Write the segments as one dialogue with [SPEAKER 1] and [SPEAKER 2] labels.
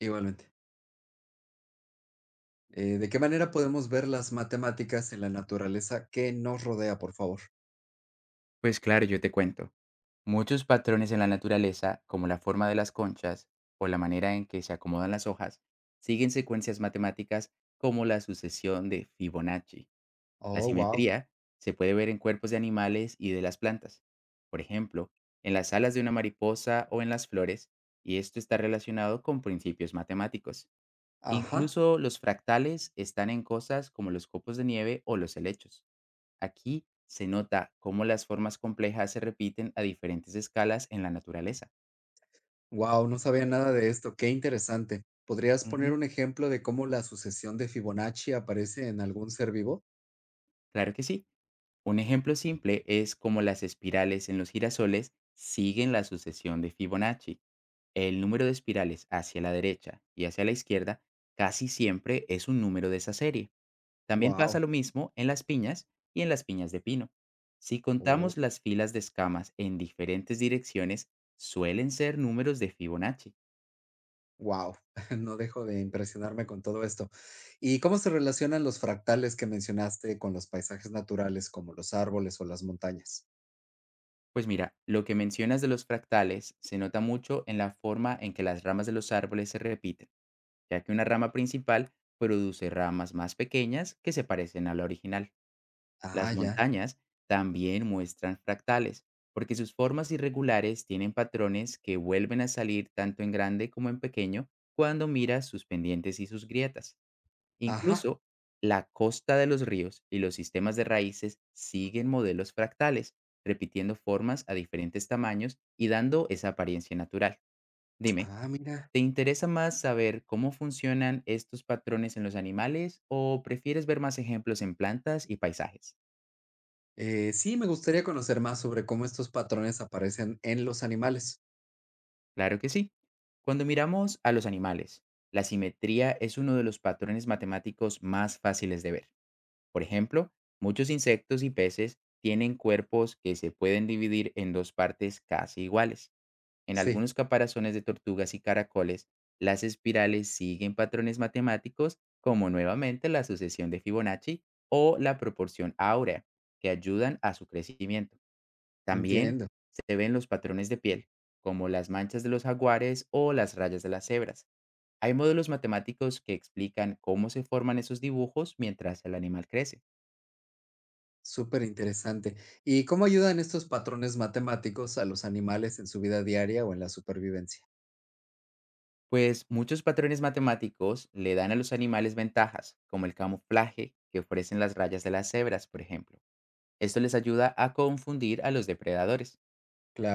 [SPEAKER 1] Igualmente. ¿De qué manera podemos ver las matemáticas en la naturaleza que nos rodea, por favor?
[SPEAKER 2] Pues claro, yo te cuento. Muchos patrones en la naturaleza, como la forma de las conchas o la manera en que se acomodan las hojas, siguen secuencias matemáticas como la sucesión de Fibonacci. La
[SPEAKER 1] Oh, wow.
[SPEAKER 2] simetría se puede ver en cuerpos de animales y de las plantas. Por ejemplo, en las alas de una mariposa o en las flores, y esto está relacionado con principios matemáticos.
[SPEAKER 1] Ajá.
[SPEAKER 2] Incluso los fractales están en cosas como los copos de nieve o los helechos. Aquí se nota cómo las formas complejas se repiten a diferentes escalas en la naturaleza.
[SPEAKER 1] Wow, no sabía nada de esto. Qué interesante. ¿Podrías poner
[SPEAKER 2] Ujú,
[SPEAKER 1] un ejemplo de cómo la sucesión de Fibonacci aparece en algún ser vivo?
[SPEAKER 2] claro que sí. Un ejemplo simple es cómo las espirales en los girasoles siguen la sucesión de Fibonacci. El número de espirales hacia la derecha y hacia la izquierda casi siempre es un número de esa serie. También pasa
[SPEAKER 1] Wow.
[SPEAKER 2] lo mismo en las piñas y en las piñas de pino. Si
[SPEAKER 1] Oh,
[SPEAKER 2] contamos las filas de escamas en diferentes direcciones, suelen ser números de Fibonacci.
[SPEAKER 1] wow. No dejo de impresionarme con todo esto. ¿Y cómo se relacionan los fractales que mencionaste con los paisajes naturales como los árboles o las montañas?
[SPEAKER 2] Pues mira, lo que mencionas de los fractales se nota mucho en la forma en que las ramas de los árboles se repiten, ya que una rama principal produce ramas más pequeñas que se parecen a la original.
[SPEAKER 1] Ah,
[SPEAKER 2] Las
[SPEAKER 1] ya.
[SPEAKER 2] montañas también muestran fractales, porque sus formas irregulares tienen patrones que vuelven a salir tanto en grande como en pequeño cuando miras sus pendientes y sus grietas.
[SPEAKER 1] Ajá.
[SPEAKER 2] Incluso la costa de los ríos y los sistemas de raíces siguen modelos fractales, repitiendo formas a diferentes tamaños y dando esa apariencia natural. Dime,
[SPEAKER 1] Ah, mira.
[SPEAKER 2] ¿te interesa más saber cómo funcionan estos patrones en los animales o prefieres ver más ejemplos en plantas y paisajes?
[SPEAKER 1] Sí, me gustaría conocer más sobre cómo estos patrones aparecen en los animales.
[SPEAKER 2] Claro que sí. Cuando miramos a los animales, la simetría es uno de los patrones matemáticos más fáciles de ver. Por ejemplo, muchos insectos y peces tienen cuerpos que se pueden dividir en dos partes casi iguales. En
[SPEAKER 1] Sí,
[SPEAKER 2] algunos caparazones de tortugas y caracoles, las espirales siguen patrones matemáticos como nuevamente la sucesión de Fibonacci o la proporción áurea, que ayudan a su crecimiento. También
[SPEAKER 1] entiendo.
[SPEAKER 2] se ven los patrones de piel, como las manchas de los jaguares o las rayas de las cebras. Hay modelos matemáticos que explican cómo se forman esos dibujos mientras el animal crece.
[SPEAKER 1] Súper interesante. ¿Y cómo ayudan estos patrones matemáticos a los animales en su vida diaria o en la supervivencia?
[SPEAKER 2] Pues muchos patrones matemáticos le dan a los animales ventajas, como el camuflaje que ofrecen las rayas de las cebras, por ejemplo. Esto les ayuda a confundir a los depredadores.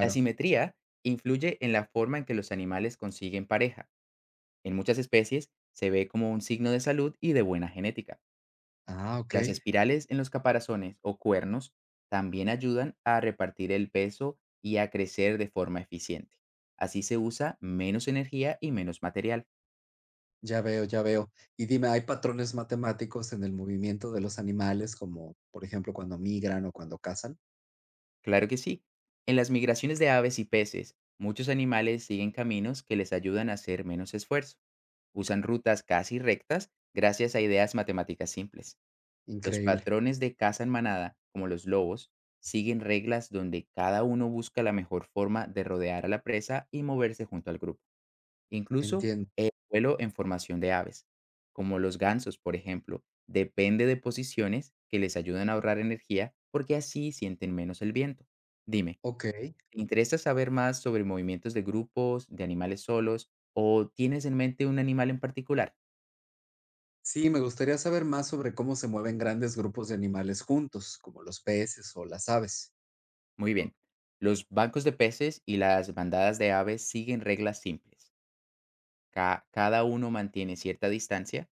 [SPEAKER 2] La simetría influye en la forma en que los animales consiguen pareja. En muchas especies se ve como un signo de salud y de buena genética.
[SPEAKER 1] Ah, ok.
[SPEAKER 2] Las espirales en los caparazones o cuernos también ayudan a repartir el peso y a crecer de forma eficiente. Así se usa menos energía y menos material.
[SPEAKER 1] Ya veo, ya veo. Y dime, ¿hay patrones matemáticos en el movimiento de los animales, como por ejemplo cuando migran o cuando cazan?
[SPEAKER 2] Claro que sí. En las migraciones de aves y peces, muchos animales siguen caminos que les ayudan a hacer menos esfuerzo. Usan rutas casi rectas gracias a ideas matemáticas simples. Los
[SPEAKER 1] Increíble.
[SPEAKER 2] patrones de caza en manada, como los lobos, siguen reglas donde cada uno busca la mejor forma de rodear a la presa y moverse junto al grupo. Incluso
[SPEAKER 1] Entiendo.
[SPEAKER 2] el vuelo en formación de aves, como los gansos, por ejemplo, depende de posiciones que les ayudan a ahorrar energía porque así sienten menos el viento. Dime,
[SPEAKER 1] Ok.
[SPEAKER 2] ¿te interesa saber más sobre movimientos de grupos, de animales solos o tienes en mente un animal en particular?
[SPEAKER 1] Sí, me gustaría saber más sobre cómo se mueven grandes grupos de animales juntos, como los peces o las aves.
[SPEAKER 2] Muy bien. Los bancos de peces y las bandadas de aves siguen reglas simples. Cada uno mantiene cierta distancia,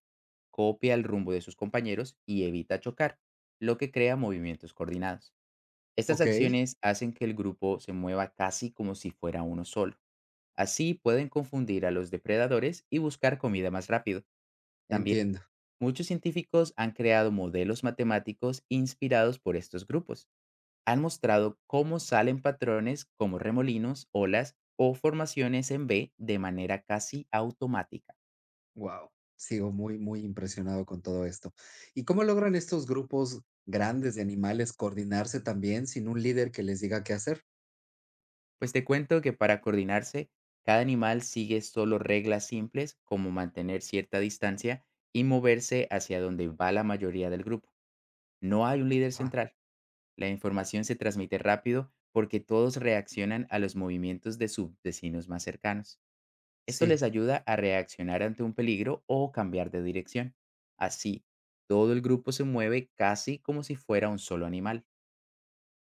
[SPEAKER 2] copia el rumbo de sus compañeros y evita chocar, lo que crea movimientos coordinados. Estas
[SPEAKER 1] Ok,
[SPEAKER 2] acciones hacen que el grupo se mueva casi como si fuera uno solo. Así pueden confundir a los depredadores y buscar comida más rápido. También
[SPEAKER 1] entiendo.
[SPEAKER 2] muchos científicos han creado modelos matemáticos inspirados por estos grupos. Han mostrado cómo salen patrones como remolinos, olas o formaciones en B de manera casi automática.
[SPEAKER 1] Wow. Sigo muy, muy impresionado con todo esto. ¿Y cómo logran estos grupos grandes de animales coordinarse también sin un líder que les diga qué hacer?
[SPEAKER 2] Pues te cuento que para coordinarse, cada animal sigue solo reglas simples como mantener cierta distancia y moverse hacia donde va la mayoría del grupo. No hay un líder
[SPEAKER 1] Ajá.
[SPEAKER 2] central. La información se transmite rápido porque todos reaccionan a los movimientos de sus vecinos más cercanos. Esto
[SPEAKER 1] Sí,
[SPEAKER 2] les ayuda a reaccionar ante un peligro o cambiar de dirección. Así, todo el grupo se mueve casi como si fuera un solo animal.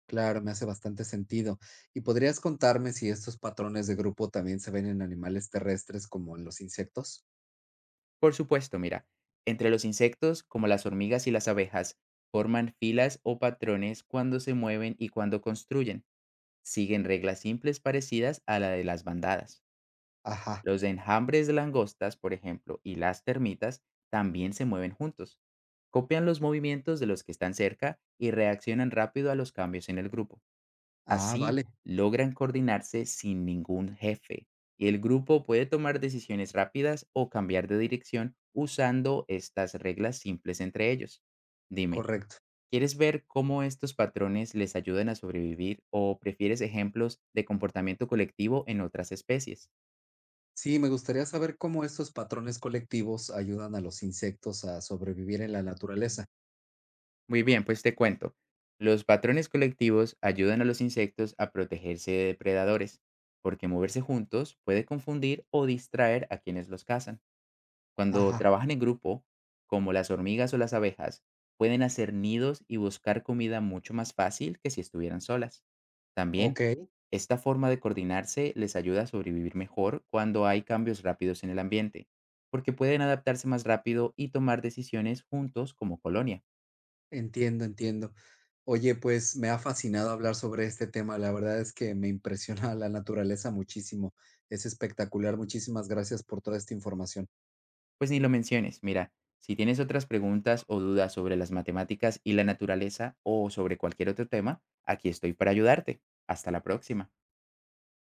[SPEAKER 1] claro, me hace bastante sentido. ¿Y podrías contarme si estos patrones de grupo también se ven en animales terrestres como en los insectos?
[SPEAKER 2] Por supuesto, mira, entre los insectos, como las hormigas y las abejas, forman filas o patrones cuando se mueven y cuando construyen. Siguen reglas simples parecidas a la de las bandadas.
[SPEAKER 1] Ajá.
[SPEAKER 2] Los enjambres de langostas, por ejemplo, y las termitas también se mueven juntos. Copian los movimientos de los que están cerca y reaccionan rápido a los cambios en el grupo.
[SPEAKER 1] Ah,
[SPEAKER 2] Así
[SPEAKER 1] vale,
[SPEAKER 2] logran coordinarse sin ningún jefe y el grupo puede tomar decisiones rápidas o cambiar de dirección usando estas reglas simples entre ellos. Dime,
[SPEAKER 1] correcto.
[SPEAKER 2] ¿quieres ver cómo estos patrones les ayudan a sobrevivir o prefieres ejemplos de comportamiento colectivo en otras especies?
[SPEAKER 1] Sí, me gustaría saber cómo estos patrones colectivos ayudan a los insectos a sobrevivir en la naturaleza.
[SPEAKER 2] Muy bien, pues te cuento. Los patrones colectivos ayudan a los insectos a protegerse de depredadores, porque moverse juntos puede confundir o distraer a quienes los cazan. Cuando
[SPEAKER 1] Ajá.
[SPEAKER 2] trabajan en grupo, como las hormigas o las abejas, pueden hacer nidos y buscar comida mucho más fácil que si estuvieran solas. También,
[SPEAKER 1] Ok.
[SPEAKER 2] esta forma de coordinarse les ayuda a sobrevivir mejor cuando hay cambios rápidos en el ambiente, porque pueden adaptarse más rápido y tomar decisiones juntos como colonia.
[SPEAKER 1] Entiendo, entiendo. Oye, pues me ha fascinado hablar sobre este tema. La verdad es que me impresiona la naturaleza muchísimo. Es espectacular. Muchísimas gracias por toda esta información.
[SPEAKER 2] Pues ni lo menciones, mira, si tienes otras preguntas o dudas sobre las matemáticas y la naturaleza o sobre cualquier otro tema, aquí estoy para ayudarte. Hasta la próxima.